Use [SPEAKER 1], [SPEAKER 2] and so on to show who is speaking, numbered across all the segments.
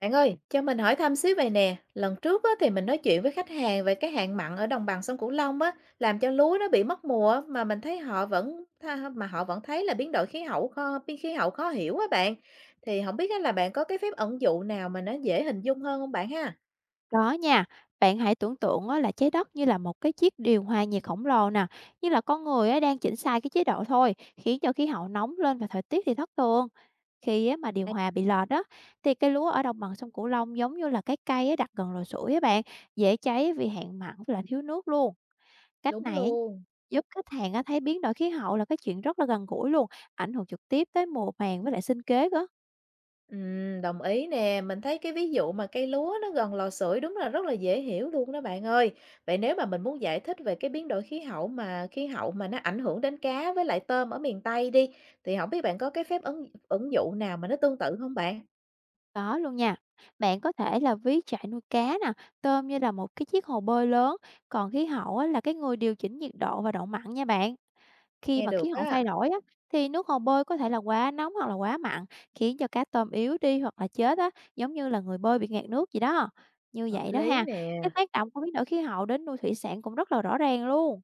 [SPEAKER 1] Bạn ơi, cho mình hỏi thăm xíu về nè. Lần trước á, thì mình nói chuyện với khách hàng về cái hạn mặn ở đồng bằng sông Cửu Long á, làm cho lúa nó bị mất mùa á, mà mình thấy họ vẫn mà họ vẫn thấy là biến khí hậu khó hiểu á bạn. Thì không biết á, là bạn có cái phép ẩn dụ nào mà nó dễ hình dung hơn không bạn ha?
[SPEAKER 2] Có nha, bạn hãy tưởng tượng á, là trái đất như là một cái chiếc điều hòa nhiệt khổng lồ nè, như là con người á, đang chỉnh sai cái chế độ thôi, khiến cho khí hậu nóng lên và thời tiết thì thất thường. Khi á, mà điều
[SPEAKER 1] À.
[SPEAKER 2] hòa bị lọt đó, thì cây lúa ở đồng bằng sông Cửu Long giống như là cái cây á, đặt gần lò sưởi á bạn, dễ cháy vì hạn mặn và là thiếu nước luôn. Cách
[SPEAKER 1] Đúng
[SPEAKER 2] này á,
[SPEAKER 1] luôn.
[SPEAKER 2] giúp khách hàng á, thấy biến đổi khí hậu là cái chuyện rất là gần gũi luôn, ảnh hưởng trực tiếp tới mùa màng với lại sinh kế cơ.
[SPEAKER 1] Đồng ý nè, mình thấy cái ví dụ mà cây lúa nó gần lò sưởi đúng là rất là dễ hiểu luôn đó bạn ơi. Vậy nếu mà mình muốn giải thích về cái biến đổi khí hậu mà nó ảnh hưởng đến cá với lại tôm ở miền Tây đi, thì không biết bạn có cái phép ứng ứng dụ nào mà nó tương tự không bạn?
[SPEAKER 2] Có luôn nha. Bạn có thể là ví trại nuôi cá nè, tôm như là một cái chiếc hồ bơi lớn, còn khí hậu á, là cái người điều chỉnh nhiệt độ và độ mặn nha bạn. Khi
[SPEAKER 1] Nghe
[SPEAKER 2] mà
[SPEAKER 1] được
[SPEAKER 2] khí hậu
[SPEAKER 1] á,
[SPEAKER 2] thay đổi á, thì nước hồ bơi có thể là quá nóng hoặc là quá mặn, khiến cho cá tôm yếu đi hoặc là chết á, giống như là người bơi bị ngạt nước gì đó. Như
[SPEAKER 1] hợp
[SPEAKER 2] vậy đó
[SPEAKER 1] lý
[SPEAKER 2] ha,
[SPEAKER 1] nè.
[SPEAKER 2] cái tác động của biến đổi khí hậu đến nuôi thủy sản cũng rất là rõ ràng luôn.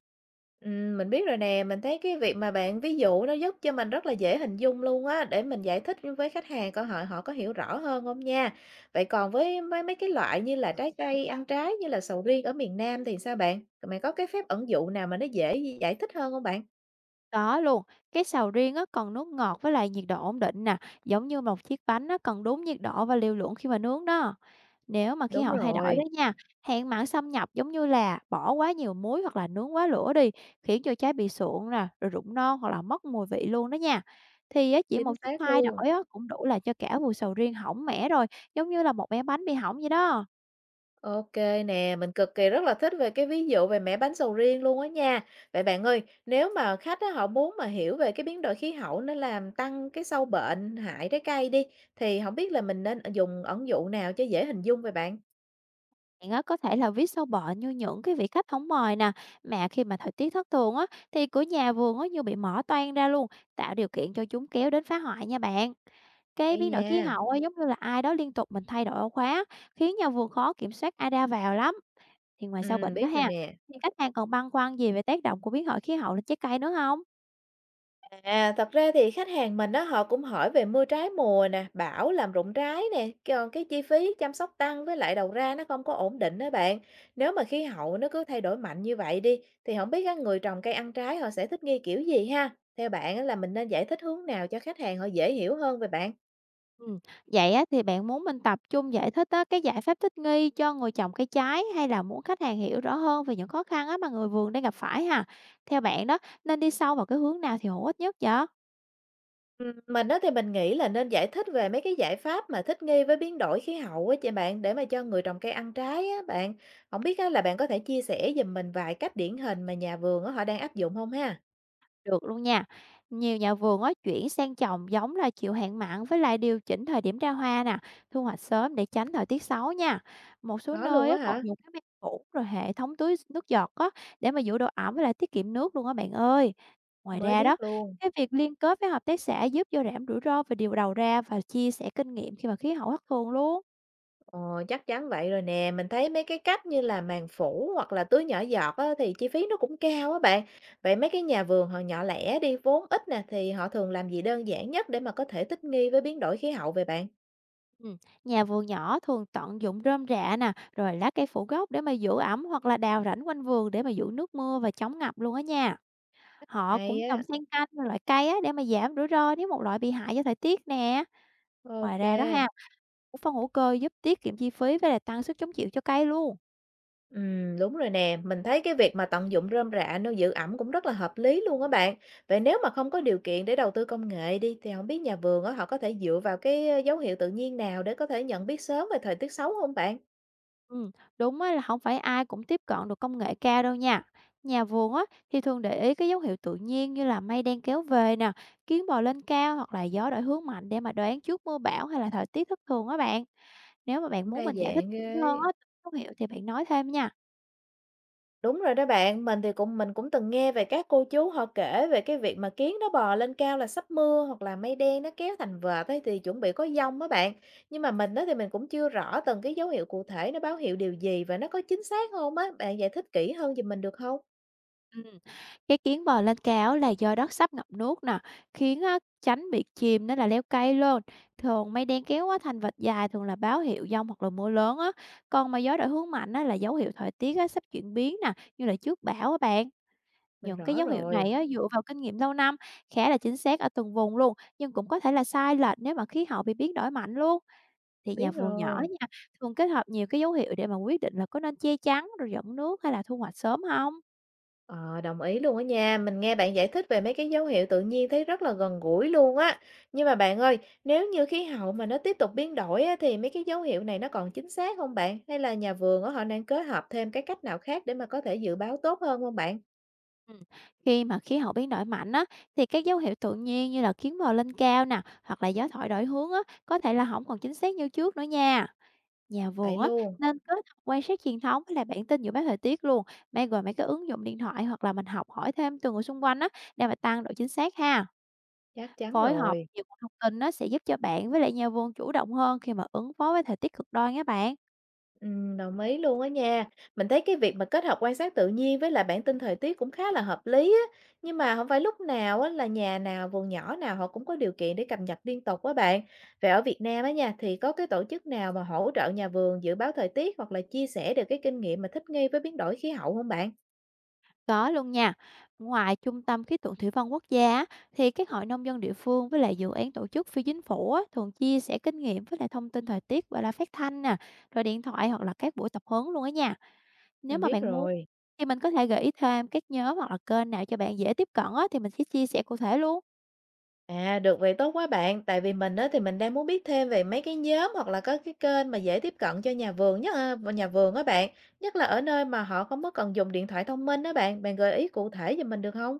[SPEAKER 1] Mình biết rồi nè, mình thấy cái việc mà bạn ví dụ nó giúp cho mình rất là dễ hình dung luôn á, để mình giải thích với khách hàng coi họ họ có hiểu rõ hơn không nha. Vậy còn với mấy mấy cái loại như là trái cây ăn trái như là sầu riêng ở miền Nam thì sao bạn? Mày có cái phép ẩn dụ nào mà nó dễ giải thích hơn không bạn?
[SPEAKER 2] Có luôn, cái sầu riêng á, cần nước ngọt với lại nhiệt độ ổn định nè, giống như một chiếc bánh á, cần đúng nhiệt độ và liều lượng khi mà nướng đó. Nếu mà khí
[SPEAKER 1] Đúng
[SPEAKER 2] hậu thay đổi
[SPEAKER 1] rồi,
[SPEAKER 2] đó nha, hạn mặn xâm nhập giống như là bỏ quá nhiều muối hoặc là nướng quá lửa đi, khiến cho trái bị sụn nè, rồi rụng non hoặc là mất mùi vị luôn đó nha. Thì á, chỉ một
[SPEAKER 1] chính
[SPEAKER 2] chút
[SPEAKER 1] xác
[SPEAKER 2] thay
[SPEAKER 1] luôn.
[SPEAKER 2] đổi á, cũng đủ là cho cả vụ sầu riêng hỏng mẻ rồi, giống như là một bé bánh bị hỏng vậy đó.
[SPEAKER 1] OK nè, mình cực kỳ rất là thích về cái ví dụ về mẻ bánh sầu riêng luôn á nha. Vậy bạn ơi, nếu mà khách á, họ muốn mà hiểu về cái biến đổi khí hậu nó làm tăng cái sâu bệnh hại trái cây đi, thì không biết là mình nên dùng ẩn dụ nào cho dễ hình dung vậy bạn?
[SPEAKER 2] Bạn á, có thể là viết sâu bệnh như những cái vị khách không mời nè, mà khi mà thời tiết thất thường á, thì cửa nhà vườn á, như bị mở toang ra luôn, tạo điều kiện cho chúng kéo đến phá hoại nha bạn. Cái
[SPEAKER 1] Hay
[SPEAKER 2] biến đổi khí
[SPEAKER 1] nha,
[SPEAKER 2] hậu á, giống như là ai đó liên tục mình thay đổi ổ khóa, khiến nhà vườn khó kiểm soát ai ra vào lắm. Thì ngoài sâu
[SPEAKER 1] ừ,
[SPEAKER 2] bệnh đó
[SPEAKER 1] biết rồi
[SPEAKER 2] ha,
[SPEAKER 1] nè.
[SPEAKER 2] thì khách hàng còn băn khoăn gì về tác động của biến đổi khí hậu lên trái cây nữa không?
[SPEAKER 1] À, thật ra thì khách hàng mình đó họ cũng hỏi về mưa trái mùa nè, bão làm rụng trái nè, còn cái chi phí chăm sóc tăng với lại đầu ra nó không có ổn định đó bạn. Nếu mà khí hậu nó cứ thay đổi mạnh như vậy đi, thì không biết các người trồng cây ăn trái họ sẽ thích nghi kiểu gì ha? Theo bạn á, là mình nên giải thích hướng nào cho khách hàng họ dễ hiểu hơn về bạn?
[SPEAKER 2] Ừ. Vậy á, thì bạn muốn mình tập trung giải thích á, cái giải pháp thích nghi cho người trồng cây trái hay là muốn khách hàng hiểu rõ hơn về những khó khăn á, mà người vườn đang gặp phải ha? Theo bạn đó, nên đi sâu vào cái hướng nào thì hữu ích nhất vậy?
[SPEAKER 1] Mình á thì mình nghĩ là nên giải thích về mấy cái giải pháp mà thích nghi với biến đổi khí hậu á chị bạn, để mà cho người trồng cây ăn trái á bạn. Không biết á là bạn có thể chia sẻ giùm mình vài cách điển hình mà nhà vườn á họ đang áp dụng không ha?
[SPEAKER 2] Được luôn nha. Nhiều nhà vườn á chuyển sang trồng giống là chịu hạn mặn với lại điều chỉnh thời điểm ra hoa nè, thu hoạch sớm để tránh thời tiết xấu nha. Một số
[SPEAKER 1] Có luôn
[SPEAKER 2] nơi
[SPEAKER 1] á
[SPEAKER 2] á còn
[SPEAKER 1] hả?
[SPEAKER 2] dùng cái máy cũ rồi hệ thống tưới nước giọt á để mà giữ độ ẩm với lại tiết kiệm nước luôn á bạn ơi. Ngoài
[SPEAKER 1] Mới
[SPEAKER 2] ra
[SPEAKER 1] biết
[SPEAKER 2] đó,
[SPEAKER 1] luôn.
[SPEAKER 2] cái việc liên kết với hợp tác xã giúp vô giảm rủi ro về điều đầu ra và chia sẻ kinh nghiệm khi mà khí hậu thất thường luôn.
[SPEAKER 1] Ờ, chắc chắn vậy rồi nè, mình thấy mấy cái cách như là màng phủ hoặc là tưới nhỏ giọt á thì chi phí nó cũng cao á bạn. Vậy mấy cái nhà vườn họ nhỏ lẻ đi, vốn ít nè, thì họ thường làm gì đơn giản nhất để mà có thể thích nghi với biến đổi khí hậu về bạn?
[SPEAKER 2] Ừ. Nhà vườn nhỏ thường tận dụng rơm rạ nè, rồi lá cây phủ gốc để mà giữ ẩm hoặc là đào rãnh quanh vườn để mà giữ nước mưa và chống ngập luôn á nha. Họ cũng
[SPEAKER 1] Hay
[SPEAKER 2] trồng
[SPEAKER 1] á,
[SPEAKER 2] xen canh nhiều loại cây á để mà giảm rủi ro nếu một loại bị hại do thời tiết nè. Ngoài
[SPEAKER 1] ok.
[SPEAKER 2] ra đó ha, cũng phân hữu cơ giúp tiết kiệm chi phí với lại tăng sức chống chịu cho cây luôn.
[SPEAKER 1] Đúng rồi nè, mình thấy cái việc mà tận dụng rơm rạ nuôi giữ ẩm cũng rất là hợp lý luôn á bạn. Vậy nếu mà không có điều kiện để đầu tư công nghệ đi thì không biết nhà vườn á họ có thể dựa vào cái dấu hiệu tự nhiên nào để có thể nhận biết sớm về thời tiết xấu không bạn?
[SPEAKER 2] Ừm, đúng á là không phải ai cũng tiếp cận được công nghệ cao đâu nha. Nhà vườn á thì thường để ý cái dấu hiệu tự nhiên như là mây đen kéo về nè, kiến bò lên cao hoặc là gió đổi hướng mạnh để mà đoán trước mưa bão hay là thời tiết thất thường á bạn. Nếu mà bạn
[SPEAKER 1] Cũng
[SPEAKER 2] muốn
[SPEAKER 1] đa
[SPEAKER 2] mình giải thích
[SPEAKER 1] dạng
[SPEAKER 2] kỹ hơn
[SPEAKER 1] ghê.
[SPEAKER 2] á dấu hiệu thì bạn nói thêm nha.
[SPEAKER 1] Đúng rồi đó bạn, mình cũng từng nghe về các cô chú họ kể về cái việc mà kiến nó bò lên cao là sắp mưa hoặc là mây đen nó kéo thành vệt ấy thì chuẩn bị có dông á bạn. Nhưng mà mình đó thì mình cũng chưa rõ từng cái dấu hiệu cụ thể nó báo hiệu điều gì và nó có chính xác không á. Bạn giải thích kỹ hơn giùm mình được không?
[SPEAKER 2] Ừm, cái kiến bò lên cao là do đất sắp ngập nước nè, khiến á chánh bị chìm nên là leo cây luôn. Thường mây đen kéo á thành vệt dài thường là báo hiệu dông hoặc là mưa lớn á. Còn mà gió đổi hướng mạnh á là dấu hiệu thời tiết á sắp chuyển biến nè, như là trước bão á bạn.
[SPEAKER 1] Mình
[SPEAKER 2] Những cái
[SPEAKER 1] rõ
[SPEAKER 2] dấu hiệu
[SPEAKER 1] rồi,
[SPEAKER 2] này á dựa vào kinh nghiệm lâu năm, khá là chính xác ở từng vùng luôn, nhưng cũng có thể là sai lệch nếu mà khí hậu bị biến đổi mạnh luôn. Thì
[SPEAKER 1] biết
[SPEAKER 2] nhà vườn nhỏ
[SPEAKER 1] rồi.
[SPEAKER 2] nha, thường kết hợp nhiều cái dấu hiệu để mà quyết định là có nên che chắn rồi dẫn nước hay là thu hoạch sớm không.
[SPEAKER 1] Ờ, đồng ý luôn á nha. Mình nghe bạn giải thích về mấy cái dấu hiệu tự nhiên thấy rất là gần gũi luôn á. Nhưng mà bạn ơi, nếu như khí hậu mà nó tiếp tục biến đổi á, thì mấy cái dấu hiệu này nó còn chính xác không bạn? Hay là nhà vườn á, họ đang kết hợp thêm cái cách nào khác để mà có thể dự báo tốt hơn không bạn?
[SPEAKER 2] Ừm, khi mà khí hậu biến đổi mạnh á, thì các dấu hiệu tự nhiên như là kiến bò lên cao nè, hoặc là gió thổi đổi hướng á, có thể là không còn chính xác như trước nữa nha. Nhà
[SPEAKER 1] Vậy
[SPEAKER 2] vườn á,
[SPEAKER 1] luôn,
[SPEAKER 2] nên kết hợp quan sát truyền thống với lại bản tin dự báo thời tiết luôn, mấy cái ứng dụng điện thoại hoặc là mình học hỏi thêm từ người xung quanh á, để mà tăng độ chính xác ha.
[SPEAKER 1] chắc chắn
[SPEAKER 2] Phối hợp
[SPEAKER 1] rồi.
[SPEAKER 2] nhiều nguồn thông tin nó sẽ giúp cho bạn với lại nhà vườn chủ động hơn khi mà ứng phó với thời tiết cực đoan á bạn.
[SPEAKER 1] Đồng ý luôn á nha. Mình thấy cái việc mà kết hợp quan sát tự nhiên với lại bản tin thời tiết cũng khá là hợp lý á. Nhưng mà không phải lúc nào á là nhà nào, vườn nhỏ nào họ cũng có điều kiện để cập nhật liên tục á bạn. Vậy ở Việt Nam á nha, thì có cái tổ chức nào mà hỗ trợ nhà vườn dự báo thời tiết hoặc là chia sẻ được cái kinh nghiệm mà thích nghi với biến đổi khí hậu không bạn?
[SPEAKER 2] Có luôn nha. Ngoài Trung tâm Khí tượng Thủy văn Quốc gia á, thì các hội nông dân địa phương với lại dự án tổ chức phi chính phủ á, thường chia sẻ kinh nghiệm với lại thông tin thời tiết và là phát thanh nè, rồi điện thoại hoặc là các buổi tập huấn luôn á nha. Nếu
[SPEAKER 1] Mình
[SPEAKER 2] mà
[SPEAKER 1] biết
[SPEAKER 2] bạn muốn
[SPEAKER 1] rồi.
[SPEAKER 2] thì mình có thể gợi ý thêm các nhóm hoặc là kênh nào cho bạn dễ tiếp cận á, thì mình sẽ chia sẻ cụ thể luôn.
[SPEAKER 1] À, được vậy tốt quá bạn, tại vì mình á thì mình đang muốn biết thêm về mấy cái nhóm hoặc là có cái kênh mà dễ tiếp cận cho nhà vườn nhất à, nhà vườn á bạn, nhất là ở nơi mà họ không có cần dùng điện thoại thông minh đó bạn, bạn gợi ý cụ thể giùm mình được không?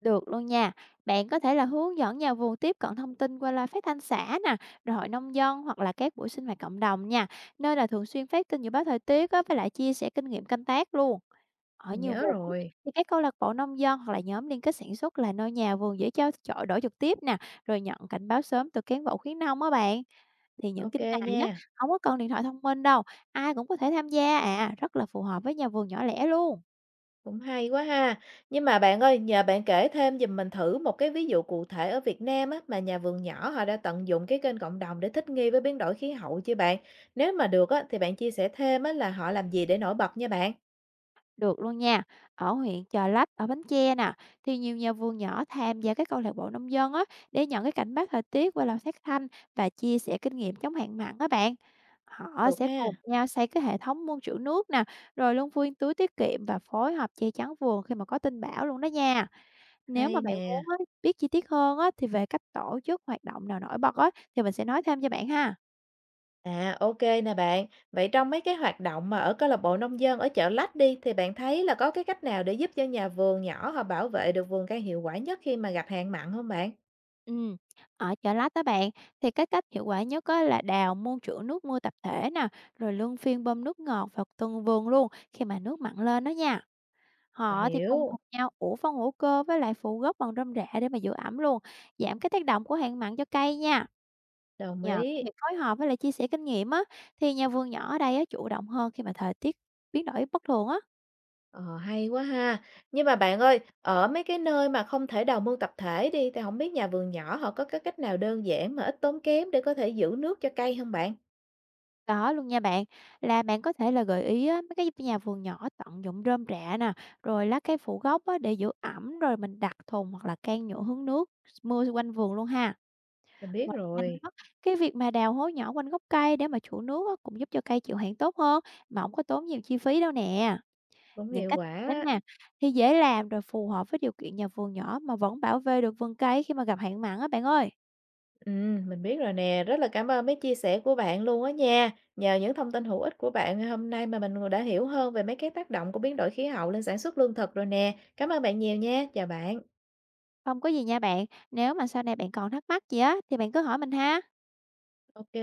[SPEAKER 2] Được luôn nha. Bạn có thể là hướng dẫn nhà vườn tiếp cận thông tin qua loa phát thanh xã nè, rồi hội nông dân hoặc là các buổi sinh hoạt cộng đồng nha, nơi là thường xuyên phát tin dự báo thời tiết á, với lại chia sẻ kinh nghiệm canh tác luôn. Ở
[SPEAKER 1] Mình
[SPEAKER 2] nhiều
[SPEAKER 1] nhớ
[SPEAKER 2] vùng á,
[SPEAKER 1] rồi.
[SPEAKER 2] thì các câu lạc bộ nông dân hoặc là nhóm liên kết sản xuất là nơi nhà vườn dễ trao chọi đổi trực tiếp nè, rồi nhận cảnh báo sớm từ cán bộ khuyến nông á bạn. Thì những
[SPEAKER 1] Ok
[SPEAKER 2] kênh này
[SPEAKER 1] nha,
[SPEAKER 2] á, không có cần điện thoại thông minh đâu, ai cũng có thể tham gia à, rất là phù hợp với nhà vườn nhỏ lẻ luôn.
[SPEAKER 1] cũng hay quá ha. Nhưng mà bạn ơi, nhờ bạn kể thêm giùm mình thử một cái ví dụ cụ thể ở Việt Nam á mà nhà vườn nhỏ họ đã tận dụng cái kênh cộng đồng để thích nghi với biến đổi khí hậu chưa bạn? Nếu mà được á thì bạn chia sẻ thêm á là họ làm gì để nổi bật nha bạn.
[SPEAKER 2] Được luôn nha. Ở huyện Chợ Lách ở Bến Tre nè thì nhiều nhà vườn nhỏ tham gia các câu lạc bộ nông dân á để nhận cái cảnh báo thời tiết qua lò phát thanh và chia sẻ kinh nghiệm chống hạn mặn các bạn. Họ
[SPEAKER 1] Được
[SPEAKER 2] sẽ cùng
[SPEAKER 1] ha.
[SPEAKER 2] nhau xây cái hệ thống mương trữ nước nè, rồi luôn phiên túi tiết kiệm và phối hợp che chắn vườn khi mà có tin bão luôn đó nha. Nếu
[SPEAKER 1] Hay
[SPEAKER 2] mà bạn muốn
[SPEAKER 1] nè.
[SPEAKER 2] á, biết chi tiết hơn á, thì về cách tổ chức hoạt động nào nổi bật á, thì mình sẽ nói thêm cho bạn ha.
[SPEAKER 1] À, ok nè bạn. Vậy trong mấy cái hoạt động mà ở câu lạc bộ nông dân ở Chợ Lách đi, thì bạn thấy là có cái cách nào để giúp cho nhà vườn nhỏ họ bảo vệ được vườn cây hiệu quả nhất khi mà gặp hạn mặn không bạn?
[SPEAKER 2] Ừm, ở Chợ Lách á bạn, thì cái cách hiệu quả nhất á là đào mương trữ nước mưa tập thể nè, rồi luân phiên bơm nước ngọt vào từng vườn luôn khi mà nước mặn lên đó nha.
[SPEAKER 1] Ờ,
[SPEAKER 2] Họ thì cùng
[SPEAKER 1] hiểu,
[SPEAKER 2] hợp nhau ủ phân hữu cơ với lại phụ gốc bằng rơm rạ để mà giữ ẩm luôn, giảm cái tác động của hạn mặn cho cây nha.
[SPEAKER 1] đồng
[SPEAKER 2] Nhờ cái
[SPEAKER 1] ý.
[SPEAKER 2] việc phối hợp với lại chia sẻ kinh nghiệm á, thì nhà vườn nhỏ ở đây á chủ động hơn khi mà thời tiết biến đổi bất thường á.
[SPEAKER 1] Ờ, hay quá ha. Nhưng mà bạn ơi, ở mấy cái nơi mà không thể đào mương tập thể đi, thì không biết nhà vườn nhỏ họ có cái cách nào đơn giản mà ít tốn kém để có thể giữ nước cho cây không bạn?
[SPEAKER 2] Có luôn nha bạn, là bạn có thể là gợi ý á, mấy cái nhà vườn nhỏ tận dụng rơm rạ nè, rồi lá cây phủ gốc á, để giữ ẩm, rồi mình đặt thùng hoặc là can nhựa hướng nước mưa quanh vườn luôn ha.
[SPEAKER 1] Mình biết
[SPEAKER 2] Ngoài ra
[SPEAKER 1] rồi,
[SPEAKER 2] nữa, cái việc mà đào hố nhỏ quanh gốc cây để mà chủ nước á, cũng giúp cho cây chịu hạn tốt hơn mà không có tốn nhiều chi phí đâu nè.
[SPEAKER 1] cũng
[SPEAKER 2] Những
[SPEAKER 1] hiệu
[SPEAKER 2] cách đến
[SPEAKER 1] quả.
[SPEAKER 2] nè thì dễ làm rồi phù hợp với điều kiện nhà vườn nhỏ mà vẫn bảo vệ được vườn cây khi mà gặp hạn mặn á bạn ơi.
[SPEAKER 1] Mình biết rồi nè, rất là cảm ơn mấy chia sẻ của bạn luôn á nha. Nhờ những thông tin hữu ích của bạn hôm nay mà mình đã hiểu hơn về mấy cái tác động của biến đổi khí hậu lên sản xuất lương thực rồi nè. Cảm ơn bạn nhiều nha, chào bạn.
[SPEAKER 2] Không có gì nha bạn, nếu mà sau này bạn còn thắc mắc gì á thì bạn cứ hỏi mình ha.
[SPEAKER 1] Ok.